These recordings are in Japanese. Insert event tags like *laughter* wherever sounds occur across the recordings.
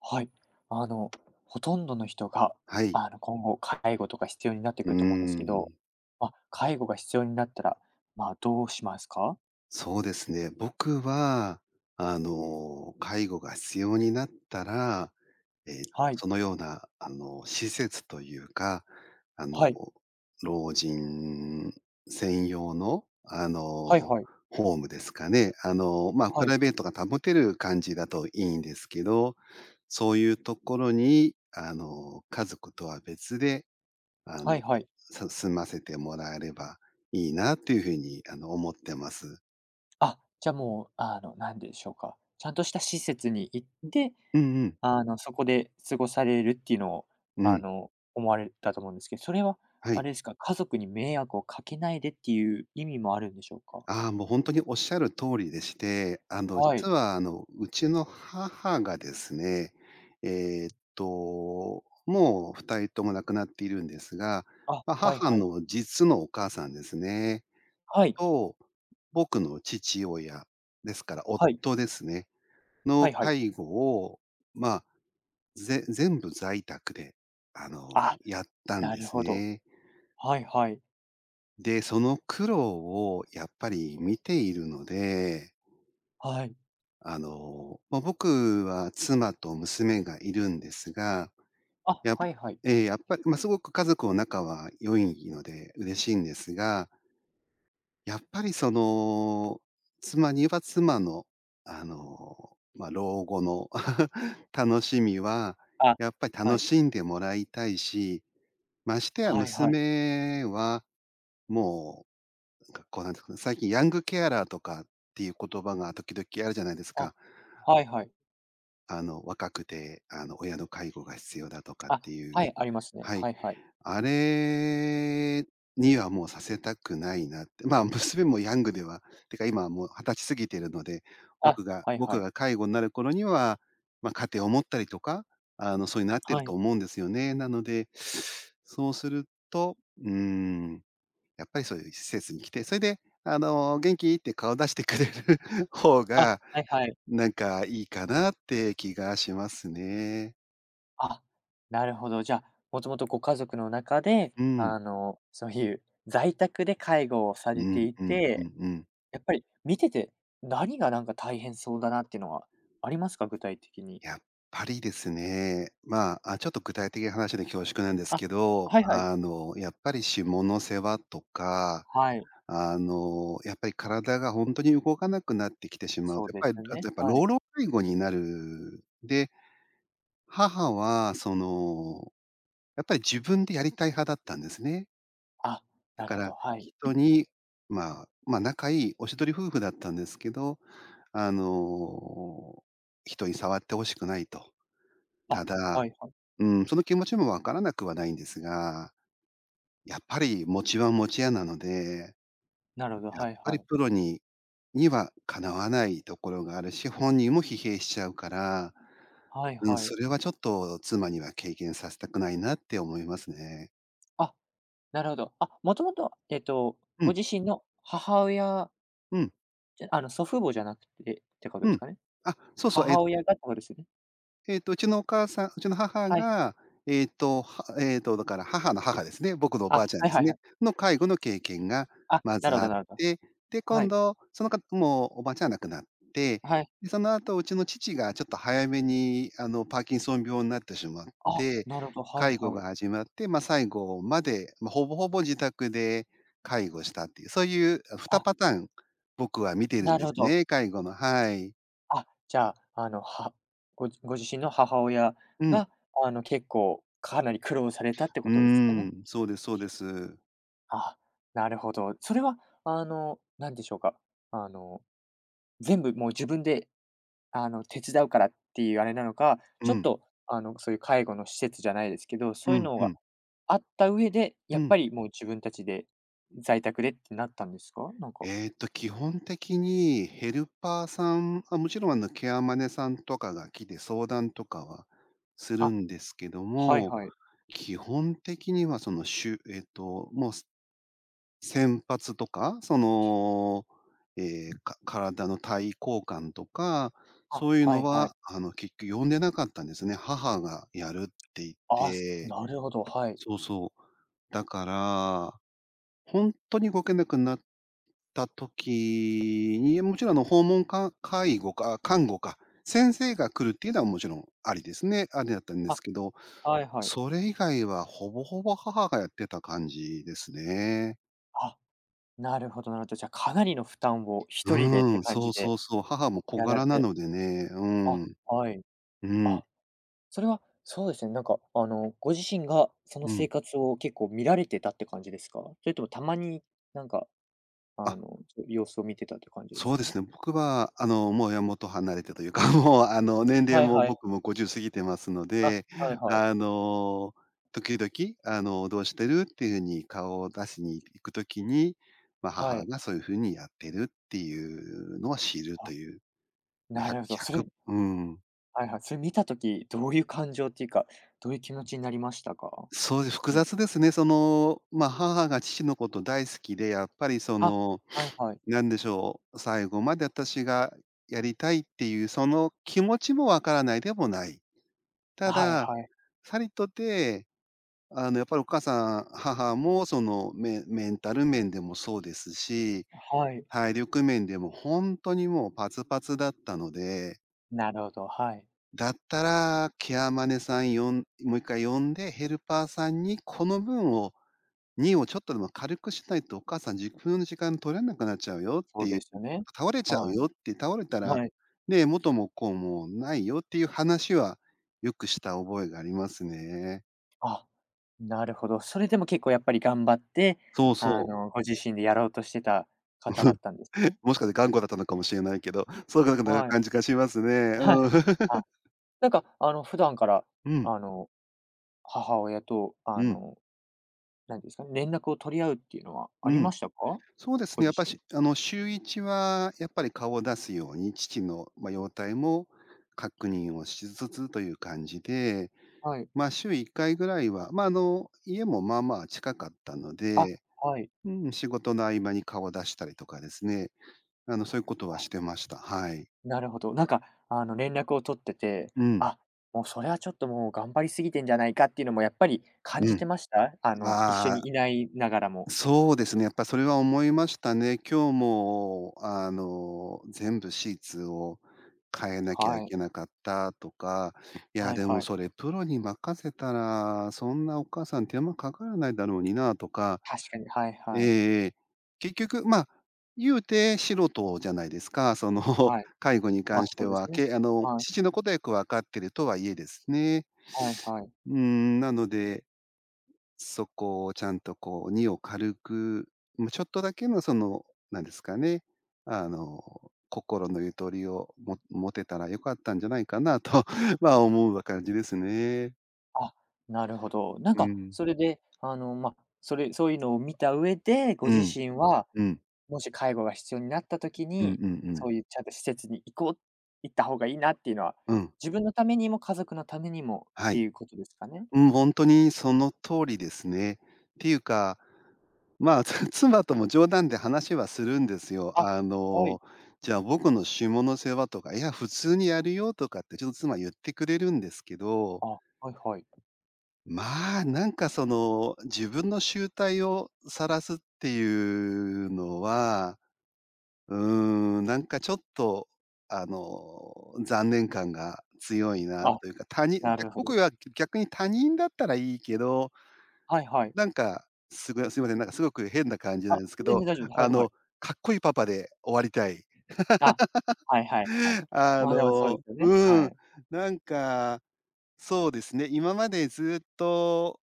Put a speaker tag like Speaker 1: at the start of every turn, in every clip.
Speaker 1: はい。あの、ほとんどの人が、
Speaker 2: はい。
Speaker 1: 今後、介護とか必要になって
Speaker 2: うー
Speaker 1: くると思うんですけど、
Speaker 2: ん。
Speaker 1: まあ、介護が必要になったら、まあ、どうしますか？
Speaker 2: そうですね。僕は、介護が必要になったら、
Speaker 1: はい。
Speaker 2: そのような、施設というか、あの、
Speaker 1: はい。
Speaker 2: 老人専用の、
Speaker 1: はいはい。
Speaker 2: ホームですかね。まあ、プ
Speaker 1: は
Speaker 2: ラ
Speaker 1: い。
Speaker 2: イベートが保てる感じだといいんですけど、そういうところに、家族とは別であ
Speaker 1: は
Speaker 2: の、
Speaker 1: いはい。
Speaker 2: 済ませてもらえればいいなっていうふうに、思ってます。
Speaker 1: あ、じゃあもう、なんでしょうか、ちゃんとした施設に行って、
Speaker 2: うんうん。
Speaker 1: そこで過ごされるっていうのを、
Speaker 2: う
Speaker 1: あ
Speaker 2: ん。
Speaker 1: の、思われたと思うんですけど、それは、
Speaker 2: は
Speaker 1: あ
Speaker 2: い。
Speaker 1: れですか、家族に迷惑をかけないでっていう意味もあるんでしょうか？
Speaker 2: ああ、もうほんとにおっしゃる通りでして、
Speaker 1: はい。
Speaker 2: 実は、うちの母がですね、もう2人とも亡くなっているんですが、
Speaker 1: あ、
Speaker 2: ま、
Speaker 1: はい
Speaker 2: 母
Speaker 1: はい。
Speaker 2: の実のお母さんですね、
Speaker 1: はい。
Speaker 2: と、僕の父親、ですから
Speaker 1: はい。
Speaker 2: 夫ですね、
Speaker 1: は
Speaker 2: の
Speaker 1: いはい。
Speaker 2: 介護を、ま全部在宅で、
Speaker 1: あ、
Speaker 2: やったん
Speaker 1: な
Speaker 2: で
Speaker 1: る
Speaker 2: す
Speaker 1: ほど。
Speaker 2: ね。
Speaker 1: はいはい。
Speaker 2: で、その苦労をやっぱり見ているので、
Speaker 1: はい。
Speaker 2: まあ、僕は妻と娘がいるんですが、
Speaker 1: あ、
Speaker 2: や
Speaker 1: はいはい。
Speaker 2: えーやっぱり、まあ、すごく家族の仲は良いので嬉しいんですが、やっぱりその、妻には妻の、まあ、老後の *laughs* 楽しみは、
Speaker 1: あ、
Speaker 2: やっぱり
Speaker 1: は
Speaker 2: 楽
Speaker 1: い。
Speaker 2: しんでもらいたいしましてや
Speaker 1: はいはい。
Speaker 2: 娘は、もう、なんかこうなんですかね、最近ヤングケアラーとかっていう言葉が時々あるじゃないです
Speaker 1: あ、
Speaker 2: か。
Speaker 1: はいはい。
Speaker 2: 若くて、親の介護が必要だとかっ
Speaker 1: あ、
Speaker 2: ていう。
Speaker 1: はい、ありますね。
Speaker 2: はい。
Speaker 1: はいはい。
Speaker 2: あれにはもうさせたくないなって。まあ、娘もヤングではてか今はもう二十歳過ぎてるので、
Speaker 1: あ、
Speaker 2: 僕が
Speaker 1: はいは
Speaker 2: 僕
Speaker 1: い。
Speaker 2: が介護になる頃には、まあ、家庭を持ったりとか、そういうなってる
Speaker 1: は
Speaker 2: と
Speaker 1: い。
Speaker 2: 思うんですよね。なので、そうすると、うーん、やっぱりそういう施設に来て、それで、元気って顔出してくれる *laughs* 方
Speaker 1: あ、
Speaker 2: が、
Speaker 1: はいはい。
Speaker 2: なんかいいかなって気がしますね。
Speaker 1: あ、なるほど。じゃあ、もともとご家族の中で、
Speaker 2: うん。
Speaker 1: そういう在宅で介護をさ
Speaker 2: う
Speaker 1: れて
Speaker 2: ん
Speaker 1: い
Speaker 2: うんうん
Speaker 1: て、
Speaker 2: うん。
Speaker 1: やっぱり見てて、何がなんか大変そうだなっていうのはありますか？具体的に。
Speaker 2: やっぱりですね、まあ、あ、ちょっと具体的な話で恐縮なんです
Speaker 1: あ、
Speaker 2: けど、
Speaker 1: はいはい。
Speaker 2: やっぱり下の世話とか、
Speaker 1: はい、
Speaker 2: やっぱり体が本当に動かなくなってきてしまう
Speaker 1: そう
Speaker 2: と、やっ
Speaker 1: で
Speaker 2: ぱ
Speaker 1: す
Speaker 2: り、
Speaker 1: よ
Speaker 2: あと
Speaker 1: ね。
Speaker 2: やっぱ
Speaker 1: は
Speaker 2: 老
Speaker 1: い。
Speaker 2: 老介護になる。で、母はそのやっぱり自分でやりたい派だったんですね。
Speaker 1: あ、
Speaker 2: だ
Speaker 1: な
Speaker 2: か
Speaker 1: るほ
Speaker 2: ら、
Speaker 1: ど、はい。
Speaker 2: 人に、まあ、まあ、仲いいおしどり夫婦だったんですけど、あの、人に触って欲しくないと。た
Speaker 1: あ、
Speaker 2: だ、
Speaker 1: はいはい。
Speaker 2: うん、その気持ちもわからなくはないんですが、やっぱり餅は餅屋なので、
Speaker 1: なるほど、
Speaker 2: やっ
Speaker 1: はい
Speaker 2: ぱ
Speaker 1: は
Speaker 2: り
Speaker 1: い。
Speaker 2: プロにはかなわないところがあるし、本人も疲弊しちゃうから、
Speaker 1: はい
Speaker 2: うん、
Speaker 1: はい。
Speaker 2: それはちょっと妻には経験させたくないなって思いますね。
Speaker 1: あ、なるほど。あ、もともと、
Speaker 2: う
Speaker 1: ご
Speaker 2: ん、
Speaker 1: 自身の母親
Speaker 2: うん。
Speaker 1: じゃあの、祖父母じゃなくてってこと
Speaker 2: う
Speaker 1: です
Speaker 2: ん。
Speaker 1: かね？
Speaker 2: あ、そうそう、
Speaker 1: 母親がってことですよね？
Speaker 2: うちのお母さんうちの母
Speaker 1: はい。
Speaker 2: が、えっと、はえっと、だから母の母ですね、僕のおば
Speaker 1: あ、
Speaker 2: あちゃん
Speaker 1: はい
Speaker 2: です
Speaker 1: はいは
Speaker 2: ね、
Speaker 1: い。
Speaker 2: の介護の経験が
Speaker 1: あ、
Speaker 2: ま
Speaker 1: な
Speaker 2: ず
Speaker 1: るほ
Speaker 2: あ
Speaker 1: ど
Speaker 2: っ
Speaker 1: なるほど。
Speaker 2: て、で、
Speaker 1: は
Speaker 2: 今
Speaker 1: い。
Speaker 2: 度、その方もうおばあちゃんは亡くなって、
Speaker 1: はい。
Speaker 2: で、その後うちの父がちょっと早めに、パーキンソン病になってしまっ
Speaker 1: あ、
Speaker 2: て、
Speaker 1: なるほど、はい
Speaker 2: 介護
Speaker 1: は
Speaker 2: が
Speaker 1: い。
Speaker 2: 始まって、まあ、最後まで、まあ、ほぼほぼ自宅で介護したっていう、そういう、あ、2
Speaker 1: あ、
Speaker 2: パターン、僕は見てるん
Speaker 1: な
Speaker 2: で
Speaker 1: るほ
Speaker 2: す
Speaker 1: ど。
Speaker 2: ね、介護の。はい。
Speaker 1: あ、じゃあ、あの、はごご自身の母親
Speaker 2: うん。
Speaker 1: が、結構かなり苦労されたって
Speaker 2: う
Speaker 1: ことですかね？
Speaker 2: ーん、そうですそうです。
Speaker 1: あ、なるほど。それは、なんでしょうか。あの、全部もう自分で、手伝うからっていうあれなのか、
Speaker 2: う
Speaker 1: ちょっ
Speaker 2: ん、
Speaker 1: と、そういう介護の施設じゃないですけど、
Speaker 2: う
Speaker 1: そういう
Speaker 2: ん、
Speaker 1: の
Speaker 2: う
Speaker 1: が
Speaker 2: ん、
Speaker 1: あった上で、や
Speaker 2: う
Speaker 1: っ
Speaker 2: ん。
Speaker 1: ぱりもう自分たちで、在宅でってなったんですか？なんか。
Speaker 2: 基本的にヘルパーさん、あ、もちろん、ケアマネさんとかが来て相談とかはする
Speaker 1: あ、
Speaker 2: んですけど
Speaker 1: はい
Speaker 2: も、
Speaker 1: はい。
Speaker 2: 基本的には、その、しゅえっと、もう、洗髪とか、その、えーか体の体位交換とか、
Speaker 1: あ、
Speaker 2: そういう
Speaker 1: は
Speaker 2: の
Speaker 1: いはい。
Speaker 2: は、結局呼んでなかったんですね。母がやるって言っ
Speaker 1: あ、す
Speaker 2: て、
Speaker 1: なるほど、はい。
Speaker 2: そうそう。だから本当に動けなくなった時に、もちろん訪問か介護か、看護か、先生が来るっていうのはもちろんありですね。ありだったんで
Speaker 1: あ、
Speaker 2: すけど、
Speaker 1: はいはい。
Speaker 2: それ以外はほぼほぼ母がやってた感じですね。
Speaker 1: あ、なるほどなるほど。じゃあ、かなりの負担を
Speaker 2: う
Speaker 1: 一人でっ
Speaker 2: ー
Speaker 1: て
Speaker 2: ん、
Speaker 1: 感
Speaker 2: そ
Speaker 1: じ
Speaker 2: うそ
Speaker 1: で
Speaker 2: うそう、母も小
Speaker 1: やら
Speaker 2: 柄
Speaker 1: れ
Speaker 2: な
Speaker 1: て
Speaker 2: のでね、う
Speaker 1: あ、
Speaker 2: ん、
Speaker 1: はい。
Speaker 2: うん、
Speaker 1: あそれは、そうですね、なんか、ご自身がその
Speaker 2: うん。
Speaker 1: 生活を結構見られてたって感じですか？それともたまに、なんか、あの、
Speaker 2: あ、
Speaker 1: ちょ様子を見てたって感じです
Speaker 2: そうで
Speaker 1: か？
Speaker 2: すね、僕はもう親元離れてというか、*laughs* もう年齢
Speaker 1: はい
Speaker 2: も
Speaker 1: はい。
Speaker 2: 僕も50過ぎてますの
Speaker 1: あ、
Speaker 2: で、
Speaker 1: はいはい。
Speaker 2: あの、時々「どうしてる？」っていうふうに顔を出しに行くときに、まあ、
Speaker 1: は
Speaker 2: 母
Speaker 1: い。
Speaker 2: がそういうふうにやってるっていうのは知る
Speaker 1: あ、
Speaker 2: という、まあ、
Speaker 1: なるほど。そ
Speaker 2: 100、
Speaker 1: れ
Speaker 2: 1。うん。
Speaker 1: はいはい、それ見た時、どういう感情っていうか、どういう気持ちになりましたか？
Speaker 2: そうです、複
Speaker 1: うん。
Speaker 2: 雑ですね。その、まあ、母が父のこと大好きで、やっぱりそ
Speaker 1: あ、
Speaker 2: の、
Speaker 1: はいはい。
Speaker 2: なんでしょう、最後まで私がやりたいっていうその気持ちもわからないでもない。た
Speaker 1: はい
Speaker 2: だ、
Speaker 1: はい。
Speaker 2: さりとて、やっぱりお母さん、母もそのメンタル面でもそうですし、
Speaker 1: はい。
Speaker 2: 体力面でもほんとにもうパツパツだったので、
Speaker 1: なるほど、はい。
Speaker 2: だったらケアマネさんもう一回呼んで、ヘルパーさんにこの分を2をちょっとでも軽くしないとお母さん自分の時間取れなくなっちゃうよっ
Speaker 1: そ
Speaker 2: て
Speaker 1: う
Speaker 2: いう、
Speaker 1: ですよね。
Speaker 2: 倒れちゃう
Speaker 1: はい。
Speaker 2: よって、倒れたら、
Speaker 1: はい。
Speaker 2: ね、元も子もないよっていう話はよくした覚えがありますね。
Speaker 1: あ、なるほど。それでも結構やっぱり頑張って、
Speaker 2: そうそう。
Speaker 1: ご自身でやろうとしてた方だ
Speaker 2: *laughs*
Speaker 1: ったんですね。
Speaker 2: もしかして頑固だったのかもしれないけど、そうかな
Speaker 1: はい。
Speaker 2: 感じがします
Speaker 1: *laughs*
Speaker 2: ね。
Speaker 1: はい。あ、なんか、普段から、
Speaker 2: うん。
Speaker 1: あの、母親と、
Speaker 2: *laughs* うん、うん、
Speaker 1: 何ですかね、連絡を取り合うっていうのはあ
Speaker 2: う
Speaker 1: り
Speaker 2: ん。
Speaker 1: ましたか？
Speaker 2: そうです
Speaker 1: ご
Speaker 2: ね、や
Speaker 1: 自
Speaker 2: っぱ
Speaker 1: 身。
Speaker 2: し週1はやっぱり顔を出すように、父の、まあ、容体も確認をしつつという感じで、
Speaker 1: はい。
Speaker 2: まあ、週1回ぐらいは、まあ、家もまあまあ近かったの
Speaker 1: あ、
Speaker 2: で、
Speaker 1: はい。
Speaker 2: うん、仕事の合間に顔を出したりとかですね、そういうことはしてました。はい。
Speaker 1: なるほど。なんか、連絡を取ってて、
Speaker 2: うん、
Speaker 1: あ、もうそれはちょっともう頑張りすぎてんじゃないかっていうのもやっぱり感
Speaker 2: う
Speaker 1: じて
Speaker 2: ん。
Speaker 1: ました？あの、一緒
Speaker 2: あ
Speaker 1: に
Speaker 2: あ。
Speaker 1: いないながらも。
Speaker 2: そうですね、やっぱそれは思いましたね。今日も、全部シーツを変えなきゃ
Speaker 1: は
Speaker 2: い
Speaker 1: い。
Speaker 2: けなかったとか、いや、
Speaker 1: はい
Speaker 2: でも
Speaker 1: はい。
Speaker 2: それプロに任せたら、そんなお母さん手間かからないだろうになとか、
Speaker 1: 確かに、はいはい。
Speaker 2: ええ結局、ま、あ言うて素人じゃないですか。その、*laughs*
Speaker 1: はい。
Speaker 2: 介護に
Speaker 1: ま、
Speaker 2: 関し
Speaker 1: そ
Speaker 2: て
Speaker 1: うです
Speaker 2: は、
Speaker 1: ね。
Speaker 2: けあの、
Speaker 1: はい。
Speaker 2: 父のことはよくわかってるとはいえですね。
Speaker 1: はいはい。
Speaker 2: うーん、なのでそこをちゃんとこう、荷を軽く、ま、ちょっとだけのその、なんですかね、心のゆとりをも持てたら良かったんじゃないかなと、*laughs* ま、思う感じですね。
Speaker 1: あ、なるほど。なん
Speaker 2: う
Speaker 1: か、
Speaker 2: ん。
Speaker 1: それで、まあ、それそういうのを見た上で、ご
Speaker 2: う
Speaker 1: 自
Speaker 2: ん。
Speaker 1: 身は、
Speaker 2: うん。
Speaker 1: もし介護が必要になった時
Speaker 2: うんうん
Speaker 1: に、
Speaker 2: うん。
Speaker 1: そういうちゃんと施設に行こう行った方がいいなっていうのは、
Speaker 2: うん。
Speaker 1: 自分のためにも家族のためにもっ
Speaker 2: は
Speaker 1: て
Speaker 2: い。
Speaker 1: いうことですかね？
Speaker 2: うん、本当にその通りですね。っていうか、まあ、*laughs* 妻とも冗談で話はするんですよ。
Speaker 1: あ、はい。
Speaker 2: じゃあ僕の下の世話とか、いや、普通にやるよとかってちょっと妻言ってくれるんですけど、
Speaker 1: あ、はいはい。
Speaker 2: まあ、なんかその、自分の醜態を晒すっていうのは、うーん、なんかちょっと、残念感が強いな
Speaker 1: あ、
Speaker 2: というか、他人
Speaker 1: な
Speaker 2: 逆
Speaker 1: るほ
Speaker 2: 僕
Speaker 1: ど。
Speaker 2: は逆に他人だったらいいけど
Speaker 1: はいはい。
Speaker 2: なんか、すごいすいません、なんかすごく変な感じな
Speaker 1: あ、
Speaker 2: んですけ
Speaker 1: 全
Speaker 2: ど、
Speaker 1: 然大丈夫です。は
Speaker 2: あ
Speaker 1: いは
Speaker 2: の、
Speaker 1: い。
Speaker 2: かっこいいパパで終わりたい。
Speaker 1: あ、はいはいはい。
Speaker 2: *laughs* あ
Speaker 1: ま、でもそうで
Speaker 2: の
Speaker 1: すよね。
Speaker 2: う
Speaker 1: は
Speaker 2: ん、
Speaker 1: い。
Speaker 2: なんか、そうですね、今までずっと、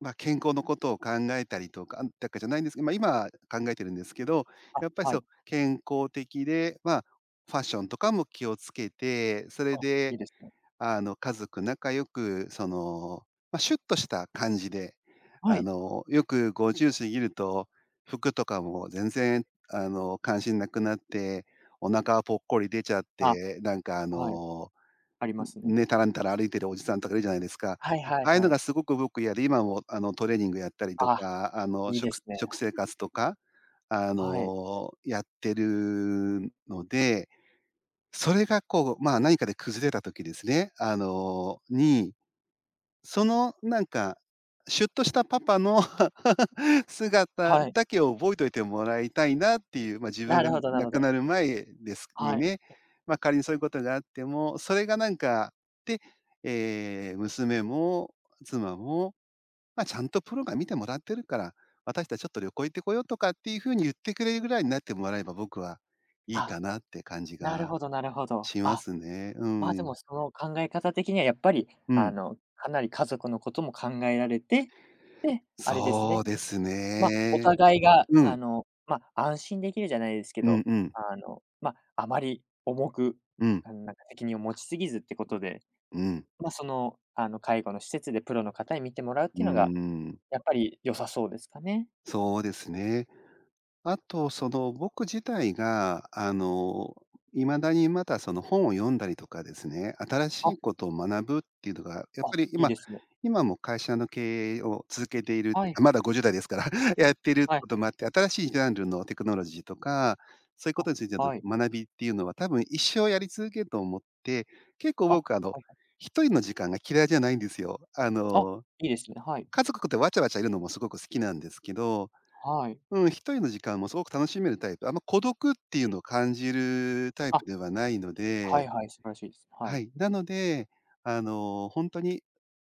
Speaker 2: まあ、健康のことを考えたりとかじゃないんですけど、まあ、今考えてるんですけど、
Speaker 1: あ、
Speaker 2: やっぱり
Speaker 1: は
Speaker 2: そう、
Speaker 1: い。
Speaker 2: 健康的で、まあ、ファッションとかも気をつけて、それ
Speaker 1: あ、い
Speaker 2: で
Speaker 1: いですね。
Speaker 2: 家族仲良く、その、まあ、シュッとした感じで、
Speaker 1: はい。
Speaker 2: よく50過ぎると、服とかも全然、関心なくなって、お腹ぽっこり出ちゃっ
Speaker 1: あ、
Speaker 2: て、なんか、
Speaker 1: はい、ありますね。
Speaker 2: ね、タランタラ歩いてるおじさんとかいるじゃないですか。
Speaker 1: はいはい
Speaker 2: ああいうの
Speaker 1: はい。
Speaker 2: がすごく僕嫌で、今も、トレーニングやったりと
Speaker 1: あ、
Speaker 2: か、
Speaker 1: いいで
Speaker 2: 食
Speaker 1: すね。
Speaker 2: 食生活とか、
Speaker 1: はい。
Speaker 2: やってるのでそれがこう、まあ、何かで崩れた時ですね、そのなんか、シュッとしたパパの *laughs* 姿
Speaker 1: はい。
Speaker 2: だけを覚えといてもらいたいなっていう、ま、自分
Speaker 1: な
Speaker 2: が
Speaker 1: るほどなる
Speaker 2: 亡
Speaker 1: ほ
Speaker 2: く
Speaker 1: ど。
Speaker 2: なる前です
Speaker 1: はい。
Speaker 2: ね、ま、仮にそういうことがあっても、それがなんか、で、娘も妻も、ま、ちゃんとプロが見てもらってるから、私たちちょっと旅行行ってこようとかっていう風に言ってくれるぐらいになってもらえば、僕はいい
Speaker 1: あ、
Speaker 2: かなって感じ
Speaker 1: なる
Speaker 2: が
Speaker 1: ほどなるほど。
Speaker 2: しま
Speaker 1: あ、
Speaker 2: すね。うん
Speaker 1: ま、
Speaker 2: う
Speaker 1: で
Speaker 2: ん。
Speaker 1: もその考え方的にはやっぱり、かなり家族のことも考えられて、で、あれです
Speaker 2: そう
Speaker 1: ね、
Speaker 2: です
Speaker 1: まあ、お
Speaker 2: ね。
Speaker 1: 互いが、
Speaker 2: うん。
Speaker 1: まあ、安心できるじゃないですけ
Speaker 2: うん
Speaker 1: ど、
Speaker 2: うん。
Speaker 1: まあ、あまり重く、
Speaker 2: うん。
Speaker 1: なんか責任を持ちすぎずってことで
Speaker 2: うん。
Speaker 1: まあ、その、介護の施設でプロの方に見てもらうっ
Speaker 2: うー
Speaker 1: ていうのが、
Speaker 2: ん。
Speaker 1: やっぱり良さそうですかね？
Speaker 2: そうですね。あと、その、僕自体が、いまだにまだその本を読んだりとかですね、新し
Speaker 1: あ、
Speaker 2: いことを学ぶっていうのが、やっぱ
Speaker 1: あ、
Speaker 2: り
Speaker 1: いい
Speaker 2: 今
Speaker 1: ですね。
Speaker 2: 今も会社の経営を続けているって
Speaker 1: はい、
Speaker 2: まだ50代ですから *laughs*、やってるっ
Speaker 1: は
Speaker 2: て
Speaker 1: い、
Speaker 2: こともあって、新しいジャンルのテクノロジーとか、そういうこ
Speaker 1: あ、
Speaker 2: とについて
Speaker 1: はい。
Speaker 2: の学びっていうのは、多分一生やり続けると思って、結構
Speaker 1: あ、は
Speaker 2: 僕
Speaker 1: いはい。
Speaker 2: 一人の時間が嫌いじゃないんですよ。
Speaker 1: あ、いいですね。はい、
Speaker 2: 家族とわちゃわちゃいるのもすごく好きなんですけど
Speaker 1: はい。
Speaker 2: うん、一人の時間もすごく楽しめるタイプ。あんま孤独っていうのを感じるタイ
Speaker 1: あ、
Speaker 2: プではないの
Speaker 1: は
Speaker 2: で、
Speaker 1: いはい、素晴らしいです。は
Speaker 2: は
Speaker 1: い。
Speaker 2: い。なので、本当に、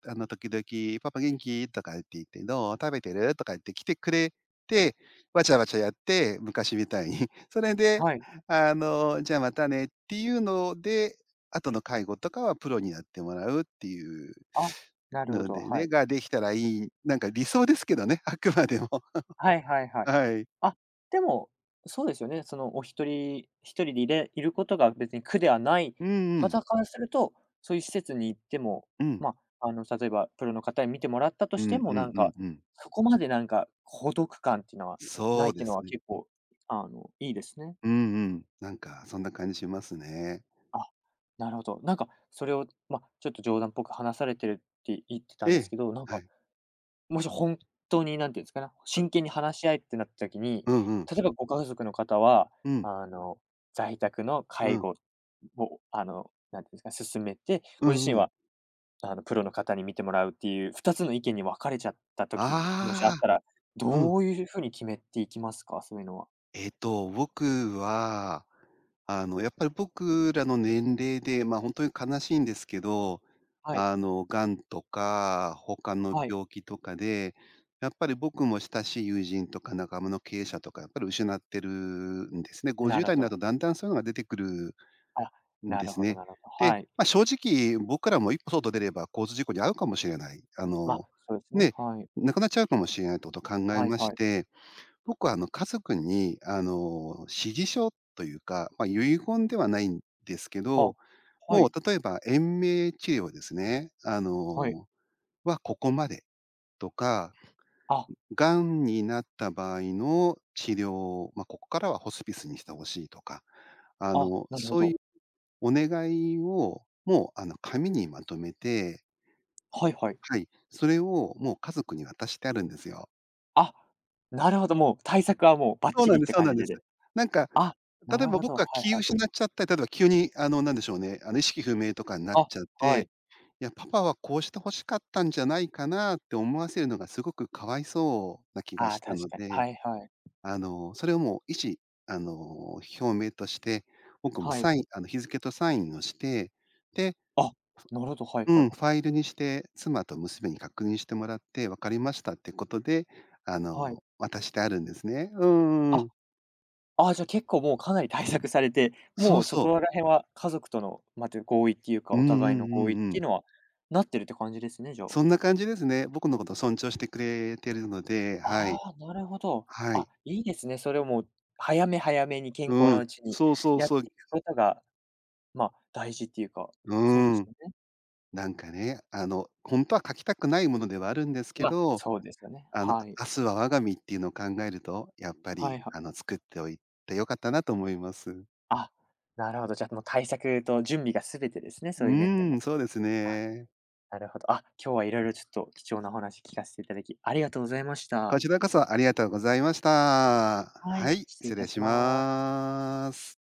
Speaker 2: 時々「パパ元気？」とか言って、「どう？食べてる？」とか言って来てくれて、わちゃわちゃやって、昔みたいに。*laughs* それで、
Speaker 1: はい。
Speaker 2: じゃあまたねっていうので、後の介護とかはプロになってもらうっていう
Speaker 1: あ、なるほ
Speaker 2: の
Speaker 1: ど、
Speaker 2: で
Speaker 1: は
Speaker 2: ね、
Speaker 1: い。
Speaker 2: ができたらいい、なんか理想ですけどね、あくまでも。
Speaker 1: はいは
Speaker 2: *laughs*
Speaker 1: いはい。
Speaker 2: はい。
Speaker 1: あ、でも、そうですよね。そのお一人一人でいれ *laughs* いることが別に苦ではない
Speaker 2: うんうん。
Speaker 1: 方からすると、そういう施設に行っても、
Speaker 2: うん。
Speaker 1: まあ、例えばプロの方に見てもらったと
Speaker 2: う
Speaker 1: して
Speaker 2: ん
Speaker 1: も、
Speaker 2: うん
Speaker 1: なん
Speaker 2: う
Speaker 1: か、
Speaker 2: んうん。
Speaker 1: そこまでなんか孤独感っていうのはな
Speaker 2: そう
Speaker 1: いって
Speaker 2: で
Speaker 1: いうの
Speaker 2: す
Speaker 1: は
Speaker 2: ね。
Speaker 1: 結構、いいですね。
Speaker 2: うんうん。なんかそんな感じしますね。
Speaker 1: あ、なるほど。なんかそれを、まあ、ちょっと冗談っぽく話されてるって言ってた
Speaker 2: え
Speaker 1: んです
Speaker 2: え、
Speaker 1: けど、なん
Speaker 2: は
Speaker 1: か
Speaker 2: い。
Speaker 1: もし本当ににんていうんですかね、真剣に話し合いってなった時に、
Speaker 2: うんうん。
Speaker 1: 例えばご家族の方は、
Speaker 2: うん。
Speaker 1: あの、在宅の
Speaker 2: う
Speaker 1: 介
Speaker 2: ん。
Speaker 1: 護を、何ていうんですか、進めて、
Speaker 2: う
Speaker 1: ご自
Speaker 2: ん
Speaker 1: 身
Speaker 2: うん。
Speaker 1: は、プロの方に見てもらうっていう2つの意見に分かれちゃった時、もしあっ
Speaker 2: あ
Speaker 1: たら、
Speaker 2: あ、うん。
Speaker 1: どういうふうに決めていきますか？そういうのは。
Speaker 2: 僕は、やっぱり僕らの年齢で、まあ、ほんとに悲しいんですけど、
Speaker 1: はい、
Speaker 2: 癌とか他の
Speaker 1: はい、
Speaker 2: 病気とかで、やっぱり僕も親しい友人とか仲間の経営者とかやっぱり失ってるんですね。
Speaker 1: な
Speaker 2: 50
Speaker 1: るほ
Speaker 2: 代にな
Speaker 1: ど。
Speaker 2: るとだんだんそういうのが出てくる
Speaker 1: あ、
Speaker 2: ん
Speaker 1: な
Speaker 2: で
Speaker 1: る
Speaker 2: す
Speaker 1: ほど
Speaker 2: ね。
Speaker 1: なるほど。
Speaker 2: で、
Speaker 1: はい。
Speaker 2: まあ、正直僕からも一歩外出れば交通事故に遭うかもしれない。
Speaker 1: ま、そうですね、
Speaker 2: ね、
Speaker 1: はい。
Speaker 2: 亡くなっちゃうかもしれないってことを考え
Speaker 1: はい
Speaker 2: まし
Speaker 1: はい。
Speaker 2: て、僕はあの家族に指示書というか、まあ、遺言ではないんですけど、
Speaker 1: あ、は
Speaker 2: もう
Speaker 1: い、
Speaker 2: 例えば延命治療ですね、
Speaker 1: はい。
Speaker 2: はここまでとか、
Speaker 1: あ、
Speaker 2: 癌になった場合の治療、まあ、ここからはホスピスにしてほしいとか、
Speaker 1: あ、なるほ
Speaker 2: そういう
Speaker 1: ど。
Speaker 2: お願いを、もう、紙にまとめて、
Speaker 1: はいはい。
Speaker 2: はい、それをもう家族に渡してあるんですよ。
Speaker 1: あ、なるほど、もう対策はもうバッ
Speaker 2: そう
Speaker 1: チ
Speaker 2: なん
Speaker 1: リっ
Speaker 2: です
Speaker 1: て
Speaker 2: そう
Speaker 1: 感
Speaker 2: なん
Speaker 1: じ
Speaker 2: で
Speaker 1: で
Speaker 2: す。
Speaker 1: で。
Speaker 2: なんか、
Speaker 1: あ、な
Speaker 2: 例え
Speaker 1: る
Speaker 2: ば
Speaker 1: ほど、
Speaker 2: 僕が
Speaker 1: はい
Speaker 2: 気
Speaker 1: はい。
Speaker 2: 失っちゃったり、例えば急に、なんでしょうね、意識不明とかになっ
Speaker 1: あ、
Speaker 2: ちゃっ
Speaker 1: は
Speaker 2: て、
Speaker 1: い。
Speaker 2: いや、パパはこうして欲しかったんじゃないかなって思わせるのがすごくかわいそうな気が
Speaker 1: ああ、
Speaker 2: した
Speaker 1: 確
Speaker 2: の
Speaker 1: かに。は
Speaker 2: で、
Speaker 1: いはい。
Speaker 2: それをもう意思、あの、表明として、僕も
Speaker 1: はい。
Speaker 2: サイン日付とサインをして、で
Speaker 1: あ、なるほど、はい
Speaker 2: う
Speaker 1: はい。
Speaker 2: ん、ファイルにして、妻と娘に確認してもらって、分かりましたってことで、
Speaker 1: はい。
Speaker 2: 渡してあるんですね。うんうんう
Speaker 1: あ、
Speaker 2: ん。
Speaker 1: あ、じゃ、結構もうかなり対策されて、
Speaker 2: そ
Speaker 1: も
Speaker 2: う
Speaker 1: うそ
Speaker 2: そ
Speaker 1: こら
Speaker 2: う。
Speaker 1: 辺は家族との、ま、て合意っていうか、
Speaker 2: う
Speaker 1: お
Speaker 2: んうんう
Speaker 1: 互いの合意っ
Speaker 2: んう
Speaker 1: てい
Speaker 2: ん。
Speaker 1: うのは、なってるって感じですね、じゃあ。
Speaker 2: そんな感じですね。僕のこと尊重してくれてるので、は
Speaker 1: あ
Speaker 2: い。
Speaker 1: あ、なるほど。
Speaker 2: はい。
Speaker 1: あ、いいですね。それをもう、早め早めに健
Speaker 2: う
Speaker 1: 康な
Speaker 2: ん。
Speaker 1: うちに
Speaker 2: そうそう
Speaker 1: やっ
Speaker 2: そう。
Speaker 1: ていくことが、ま、大事っていうか、
Speaker 2: う
Speaker 1: そうです
Speaker 2: ん。
Speaker 1: よね。
Speaker 2: なんかね、本当は書きたくないものではあるんですけ
Speaker 1: まあ、
Speaker 2: ど、
Speaker 1: そうですよね。はい。
Speaker 2: 明日は我が身っていうのを考えると、やっぱ
Speaker 1: は
Speaker 2: り、
Speaker 1: いはい。
Speaker 2: 作っておいてよかったなと思います。
Speaker 1: あ、なるほど。じゃあ、もう対策と準備が全てですね、
Speaker 2: う
Speaker 1: そういう面で
Speaker 2: ん、
Speaker 1: も。
Speaker 2: そうです
Speaker 1: あ、
Speaker 2: ね。
Speaker 1: なるほど。あ、今日はいろいろちょっと貴重なお話聞かせていただき、ありがとうございまし
Speaker 2: こ
Speaker 1: た。
Speaker 2: ちらこそありがとうございました。
Speaker 1: は
Speaker 2: は
Speaker 1: い。
Speaker 2: い、
Speaker 1: 失礼
Speaker 2: 失
Speaker 1: いた
Speaker 2: 礼
Speaker 1: し
Speaker 2: し
Speaker 1: ます。
Speaker 2: ます。